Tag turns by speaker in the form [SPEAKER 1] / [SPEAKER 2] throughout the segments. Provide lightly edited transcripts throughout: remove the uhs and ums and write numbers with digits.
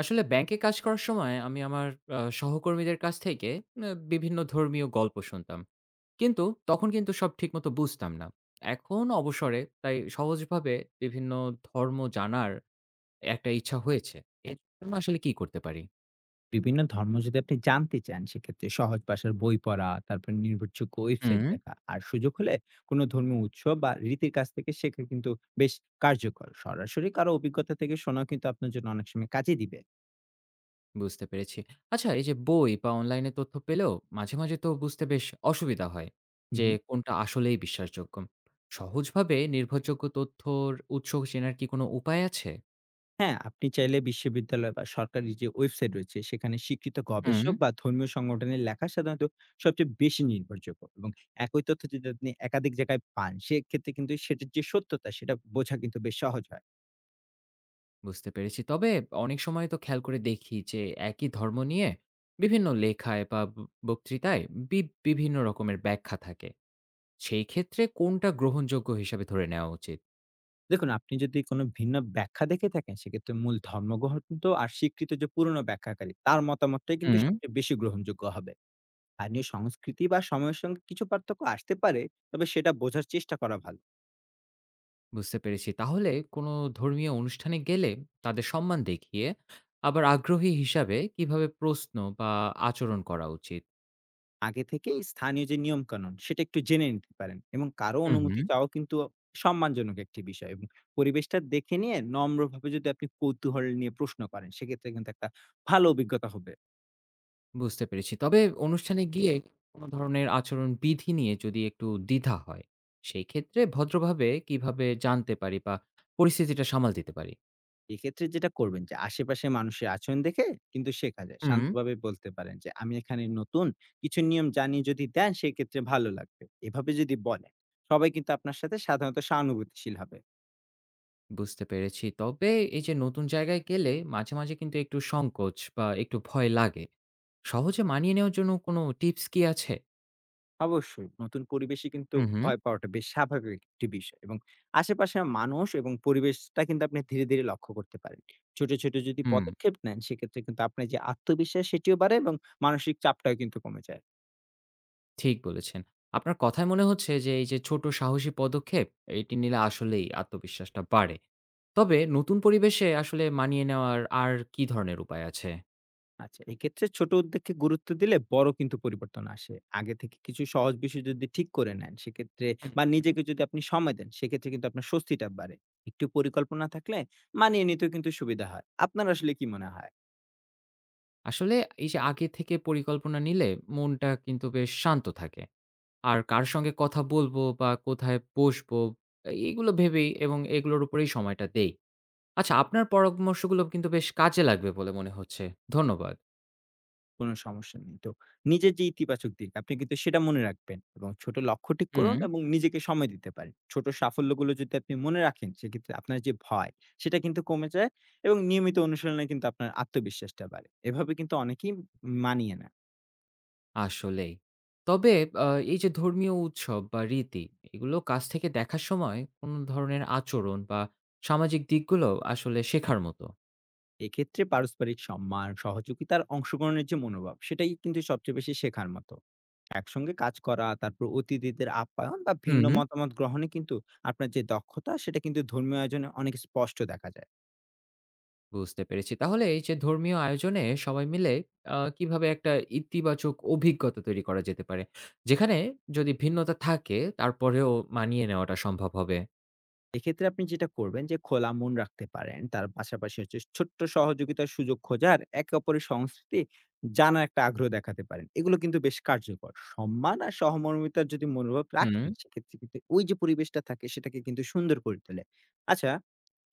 [SPEAKER 1] আসলে ব্যাংকে কাজ করার সময় আমি আমার সহকর্মীদের কাছ থেকে বিভিন্ন ধর্মীয় গল্প শুনতাম। কিন্তু তখন কিন্তু সব ঠিকমতো বুঝতাম না। এখন অবসরে তাই সহজভাবে বিভিন্ন ধর্ম জানার একটা ইচ্ছা হয়েছে। এর জন্য আসলে কি করতে পারি?
[SPEAKER 2] বিভিন্ন ধর্ম যদি আপনি জানতে চান সেক্ষেত্রে সহজ ভাষার বই পড়া, তারপর নির্ভরযোগ্য ওয়েবসাইট
[SPEAKER 1] হুম।
[SPEAKER 2] দেখা আর সুযোগ হলে কোনো ধর্মীয় উৎসব বা রীতির কাছ থেকে শেখা কিন্তু বেশ কার্যকর। সরাসরি কারো অভিজ্ঞতা থেকে শোনাও কিন্তু আপনার জন্য অনেক সময় কাজে দিবে।
[SPEAKER 1] বুঝতে পেরেছি। আচ্ছা এই যে বই বা অনলাইনে তথ্য পেলেও মাঝে, মাঝে তো বুঝতে বেশ অসুবিধা হয়
[SPEAKER 2] হুম,
[SPEAKER 1] যে
[SPEAKER 2] হুম।
[SPEAKER 1] কোনটা আসলেই বিশ্বাসযোগ্য। সহজভাবে নির্ভরযোগ্য তথ্যর উৎস চেনার কি কোনো উপায় আছে?
[SPEAKER 2] হ্যাঁ, আপনি চাইলে বিশ্ববিদ্যালয় বা সরকারি যে ওয়েবসাইট রয়েছে সেখানে স্বীকৃত
[SPEAKER 1] হুম।
[SPEAKER 2] গবেষক বা ধর্মীয় সংগঠনের লেখা সাধারণত সবচেয়ে বেশি নির্ভরযোগ্য এবং একই তথ্য যদি আপনি একাধিক জায়গায় পান সেক্ষেত্রে কিন্তু সেটার যে সত্যতা সেটা বোঝা কিন্তু বেশ সহজ হয়।
[SPEAKER 1] বুঝতে পেরেছি। তবে অনেক সময় তো খেয়াল করে দেখি যে একই ধর্ম নিয়ে বিভিন্ন লেখায় বা বক্তৃতায় বি বিভিন্ন রকমের ব্যাখ্যা থাকে। সেই ক্ষেত্রে কোনটা গ্রহণযোগ্য হিসাবে ধরে নেওয়া উচিত?
[SPEAKER 2] দেখুন, আপনি যদি কোনো ভিন্ন ব্যাখ্যা দেখে থাকেন, সেক্ষেত্রে মূল ধর্মগ্রন্থ আর স্বীকৃত যে পুরনো ব্যাখ্যাকারী, তার মতামতটাই কিন্তু
[SPEAKER 1] হুম।
[SPEAKER 2] সবচেয়ে বেশি গ্রহণযোগ্য হবে। স্থানীয় সংস্কৃতি বা সময়ের সঙ্গে কিছু পার্থক্য আসতে পারে, তবে সেটা বোঝার চেষ্টা করা ভালো।
[SPEAKER 1] বুঝতে পেরেছি। তাহলে কোনো ধর্মীয় অনুষ্ঠানে গেলে তাদের সম্মান দেখিয়ে আবার আগ্রহী হিসাবে কিভাবে প্রশ্ন বা আচরণ করা উচিত?
[SPEAKER 2] আগে থেকেই স্থানীয় যে নিয়মকানুন, সেটা একটু জেনে নিতে পারেন এবং কারো
[SPEAKER 1] হুম, হুম।
[SPEAKER 2] অনুমতি চাওয়াও কিন্তু সম্মানজনক একটি বিষয় এবং পরিবেশটা দেখে নিয়ে নম্রভাবে যদি আপনি কৌতূহল নিয়ে প্রশ্ন করেন, সেক্ষেত্রে কিন্তু একটা ভালো অভিজ্ঞতা হবে।
[SPEAKER 1] বুঝতে পেরেছি। তবে অনুষ্ঠানে গিয়ে কোনো ধরনের আচরণ বিধি নিয়ে যদি একটু দ্বিধা হয়, সেই ক্ষেত্রে ভদ্রভাবে কিভাবে জানতে পারি বা পরিস্থিতিটা সামাল দিতে পারি?
[SPEAKER 2] এক্ষেত্রে যেটা করবেন যে আশেপাশে মানুষের আচরণ দেখে কিন্তু শেখা যায়।
[SPEAKER 1] হুম।
[SPEAKER 2] শান্তভাবে বলতে পারেন যে, "আমি এখানে নতুন, কিছু নিয়ম জানিয়ে যদি দেন সেক্ষেত্রে ভালো লাগবে।" এভাবে যদি বলেন, সবাই কিন্তু আপনার সাথে সাধারণত সহানুভূতিশীল হবে।
[SPEAKER 1] বুঝতে পেরেছি। তবে এই যে নতুন জায়গায় গেলে মাঝে, মাঝে কিন্তু একটু সংকোচ বা একটু ভয় লাগে। সহজে মানিয়ে নেওয়ার জন্য কোনো টিপস কি আছে?
[SPEAKER 2] অবশ্যই নতুন পরিবেশে কিন্তু
[SPEAKER 1] হুম, হুম।
[SPEAKER 2] ভয় পাওয়াটা বেশ স্বাভাবিক একটি বিষয় এবং আশেপাশের মানুষ এবং পরিবেশটা কিন্তু আপনি ধীরে, ধীরে লক্ষ্য করতে পারেন। ছোট, ছোট যদি
[SPEAKER 1] হুম,
[SPEAKER 2] পদক্ষেপ নেন সেক্ষেত্রে কিন্তু আপনার যে আত্মবিশ্বাস সেটিও বাড়ে এবং মানসিক চাপটাও কিন্তু কমে যায়।
[SPEAKER 1] ঠিক বলেছেন। আপনার কথায় মনে হচ্ছে যে এই যে ছোট সাহসী পদক্ষেপ এটি নিলে আসলেই আত্মবিশ্বাসটা বাড়ে। তবে নতুন পরিবেশে আসলে মানিয়ে নেওয়ার আর কি ধরনের উপায় আছে?
[SPEAKER 2] আচ্ছা, এক্ষেত্রে ছোট উদ্যোগকে গুরুত্ব দিলে বড় কিন্তু পরিবর্তন আসে। আগে থেকে কিছু সহজ বিষয় যদি ঠিক করে নেন, সেক্ষেত্রে
[SPEAKER 1] হুম,
[SPEAKER 2] বা
[SPEAKER 1] হুম।
[SPEAKER 2] নিজেকে যদি আপনি সময় দেন, সেক্ষেত্রে কিন্তু আপনার স্বস্তিটা বাড়ে। একটু পরিকল্পনা থাকলে মানিয়ে নিতেও কিন্তু সুবিধা হয়। আপনার আসলে কি মনে হয়?
[SPEAKER 1] আসলে এই যে আগে থেকে পরিকল্পনা নিলে মনটা কিন্তু বেশ শান্ত থাকে। আর কার সঙ্গে কথা বলবো বা কোথায় বসবো এগুলো ভেবেই এবং এগুলোর উপরেই সময়টা দেই। আচ্ছা আপনার পরামর্শগুলো কিন্তু বেশ কাজে লাগবে বলে মনে হচ্ছে। ধন্যবাদ।
[SPEAKER 2] কোনো সমস্যা নেই তো। নিজের যে ইতিবাচক দিক, আপনি কিন্তু সেটা মনে রাখবেন এবং ছোট লক্ষ্য ঠিক
[SPEAKER 1] হুম।
[SPEAKER 2] করুন এবং নিজেকে সময় দিতে পারেন। ছোট সাফল্যগুলো যদি আপনি মনে রাখেন, সেক্ষেত্রে আপনার যে ভয়, সেটা কিন্তু কমে যায় এবং নিয়মিত অনুশীলনে কিন্তু আপনার আত্মবিশ্বাসটা বাড়ে। এভাবে কিন্তু অনেকেই মানিয়ে নেয়।
[SPEAKER 1] আসলেই। তবে আ এই যে ধর্মীয় উৎসব বা রীতি এগুলো কাছ থেকে দেখার সময় কোন ধরনের আচরণ বা সামাজিক দিকগুলো আসলে শেখার মতো।
[SPEAKER 2] এক্ষেত্রে পারস্পরিক সম্মান, সহযোগিতার অংশগ্রহণের যে মনোভাব সেটাই কিন্তু সবচেয়ে বেশি শেখার মতো। একসঙ্গে কাজ করা, তারপর অতিথিদের আপ্যায়ন বা ভিন্ন
[SPEAKER 1] হুম,
[SPEAKER 2] মতামত গ্রহণে কিন্তু আপনার যে দক্ষতা সেটা কিন্তু ধর্মীয় আয়োজনে অনেক স্পষ্ট দেখা যায়।
[SPEAKER 1] বুঝতে পেরেছি। তাহলে এই যে ধর্মীয় আয়োজনে সবাই মিলে কিভাবে একটা ইতিবাচক অভিজ্ঞতা তৈরি করা যেতে পারে? যেখানে যদি ভিন্নতা থাকে তারপরেও মানিয়ে নেওয়াটা সম্ভব হবে?
[SPEAKER 2] এক্ষেত্রে আপনি যেটা করবেন যে খোলা মন রাখতে পারেন, তার পাশাপাশি হচ্ছে ছোট্ট সহযোগিতার সুযোগ খোঁজার, একে অপরের সংস্কৃতি জানার একটা আগ্রহ দেখাতে পারেন। এগুলো কিন্তু বেশ কার্যকর। সম্মান আর সহমর্মিতার যদি মনোভাব
[SPEAKER 1] হুম।
[SPEAKER 2] রাখেন সেক্ষেত্রে কিন্তু ওই যে পরিবেশটা থাকে সেটাকে কিন্তু সুন্দর করে তোলে। আচ্ছা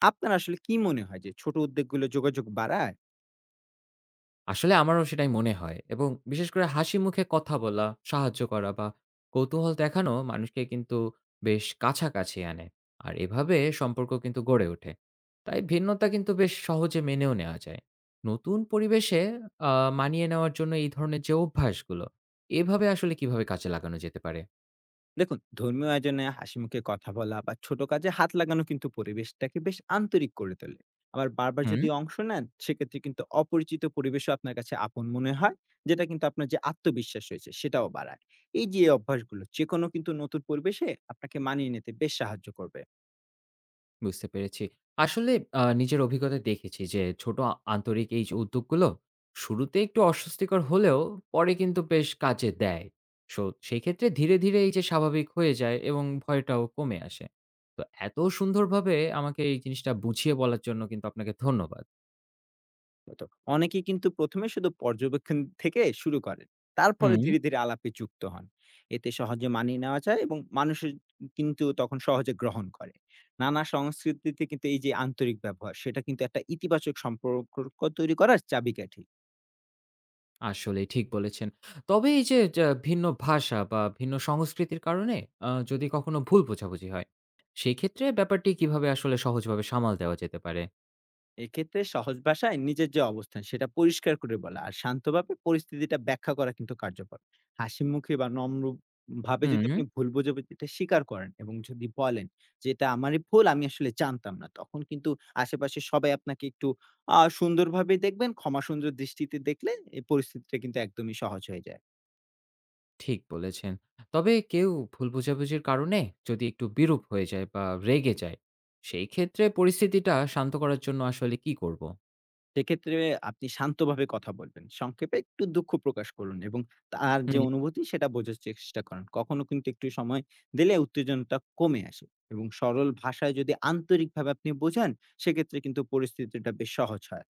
[SPEAKER 2] আপনার আসলে কি মনে হয় যে ছোট উদ্যোগগুলো যোগাযোগ বাড়ায়?
[SPEAKER 1] আসলে আমারও সেটাই মনে হয় এবং বিশেষ করে হাসি মুখে কথা বলা, সাহায্য করা বা কৌতূহল দেখানো মানুষকে কিন্তু বেশ কাছাকাছি আনে। আর এভাবে সম্পর্ক কিন্তু গড়ে ওঠে। তাই ভিন্নতা কিন্তু বেশ সহজে মেনেও নেওয়া যায়। নতুন পরিবেশে আ মানিয়ে নেওয়ার জন্য এই ধরনের যে অভ্যাসগুলো, এভাবে আসলে কিভাবে কাজে লাগানো যেতে পারে?
[SPEAKER 2] দেখুন, ধর্মীয় আয়োজনে হাসিমুখে কথা বলা বা ছোট কাজে হাত লাগানো কিন্তু পরিবেশটাকে বেশ আন্তরিক করে তোলে। আবার বারবার
[SPEAKER 1] হুম।
[SPEAKER 2] যদি অংশ নেন, সেক্ষেত্রে কিন্তু অপরিচিত পরিবেশও আপনার কাছে আপন মনে হয়, যেটা কিন্তু আপনার যে আত্মবিশ্বাস রয়েছে সেটাও বাড়ায়। এই যে অভ্যাসগুলো, যেকোনো কিন্তু নতুন পরিবেশে আপনাকে মানিয়ে নিতে বেশ সাহায্য করবে।
[SPEAKER 1] বুঝতে পেরেছি। আসলে নিজের অভিজ্ঞতায় দেখেছি যে ছোট আন্তরিক এই যে উদ্যোগগুলো শুরুতে একটু অস্বস্তিকর হলেও পরে কিন্তু বেশ কাজে দেয়। সো সেক্ষেত্রে ধীরে, ধীরে এই যে স্বাভাবিক হয়ে যায় এবং ভয়টাও কমে আসে। তো এত সুন্দরভাবে আমাকে এই জিনিসটা বুঝিয়ে বলার জন্য কিন্তু আপনাকে ধন্যবাদ।
[SPEAKER 2] মতো। অনেকেই কিন্তু প্রথম এ শুধু পর্যবেক্ষণ থেকে শুরু করেন। তারপরে
[SPEAKER 1] হুম,
[SPEAKER 2] ধীরে, ধীরে আলাপে যুক্ত হন। এতে সহজে মানিয়ে নেওয়া যায় এবং মানুষের কিন্তু তখন সহজে গ্রহণ করে। নানা সংস্কৃতিতে কিন্তু এই যে আন্তরিক ব্যবহার, সেটা কিন্তু একটা ইতিবাচক সম্পর্ক তৈরি করার চাবিকাঠি।
[SPEAKER 1] আসলেই ঠিক বলেছেন। তবে এই যে যা ভিন্ন ভাষা বা ভিন্ন সংস্কৃতির কারণে যদি কখনো ভুল বোঝাবুঝি হয়, সেক্ষেত্রে ব্যাপারটি কিভাবে আসলে সহজভাবে সামাল দেওয়া যেতে পারে?
[SPEAKER 2] এক্ষেত্রে সহজ ভাষায় নিজের যে অবস্থান সেটা পরিষ্কার করে বলা আর শান্তভাবে পরিস্থিতিটা ব্যাখ্যা করা কিন্তু কার্যকর। হাসি মুখে বা নম্র ভাবে যদি
[SPEAKER 1] হুম।
[SPEAKER 2] আপনি ভুল বোঝাবুঝিটা স্বীকার করেন এবং যদি বলেন যে এটা আমারই ভুল, আমি আসলে জানতাম না, তখন কিন্তু আশেপাশে সবাই আপনাকে একটু সুন্দরভাবে দেখবেন। ক্ষমা সুন্দর দৃষ্টিতে দেখলে এই পরিস্থিতিটা কিন্তু একদমই সহজ হয়ে যায়।
[SPEAKER 1] ঠিক বলেছেন। তবে কেউ ভুল বোঝাবুঝির কারণে যদি একটু বিরূপ হয়ে যায় বা রেগে যায়, সেই ক্ষেত্রে পরিস্থিতিটা শান্ত করার জন্য আসলে কি করব?
[SPEAKER 2] সেক্ষেত্রে আপনি শান্তভাবে কথা বলবেন। সংক্ষেপে একটু দুঃখ প্রকাশ করুন এবং তার যে
[SPEAKER 1] হুম।
[SPEAKER 2] অনুভূতি সেটা বোঝার চেষ্টা করেন। কখনো কিন্তু একটু সময় দিলে উত্তেজনাটা কমে আসে এবং সরল ভাষায় যদি আন্তরিকভাবে আপনি বোঝান, সেক্ষেত্রে কিন্তু পরিস্থিতিটা বেশ সহজ হয়।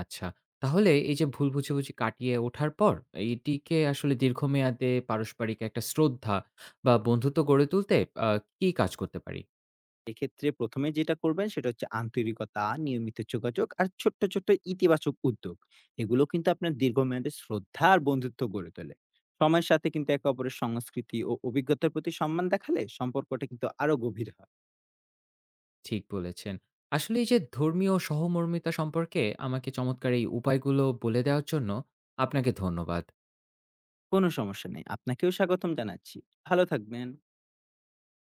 [SPEAKER 1] আচ্ছা। তাহলে এই যে ভুল বুঝাবুঝি কাটিয়ে ওঠার পর এইটিকে আসলে দীর্ঘমেয়াদে পারস্পরিক একটা শ্রদ্ধা বা বন্ধুত্ব গড়ে তুলতে আ কি কাজ করতে পারি?
[SPEAKER 2] এক্ষেত্রে প্রথম এ যেটা করবেন সেটা হচ্ছে আন্তরিকতা, নিয়মিত যোগাযোগ আর ছোট্ট, ছোট্ট ইতিবাচক উদ্যোগ। এগুলো কিন্তু আপনার দীর্ঘমেয়াদী শ্রদ্ধা আর বন্ধুত্ব গড়ে তোলে। সময়ের সাথে কিন্তু একে অপরের সংস্কৃতি ও অভিজ্ঞতার প্রতি সম্মান দেখালে সম্পর্কটা কিন্তু আরো গভীর হয়।
[SPEAKER 1] ঠিক বলেছেন। আসলে এই যে ধর্মীয় সহমর্মিতা সম্পর্কে আমাকে চমৎকার এই উপায়গুলো বলে দেওয়ার জন্য আপনাকে ধন্যবাদ।
[SPEAKER 2] কোনো সমস্যা নেই। আপনাকেও স্বাগতম জানাচ্ছি। ভালো থাকবেন।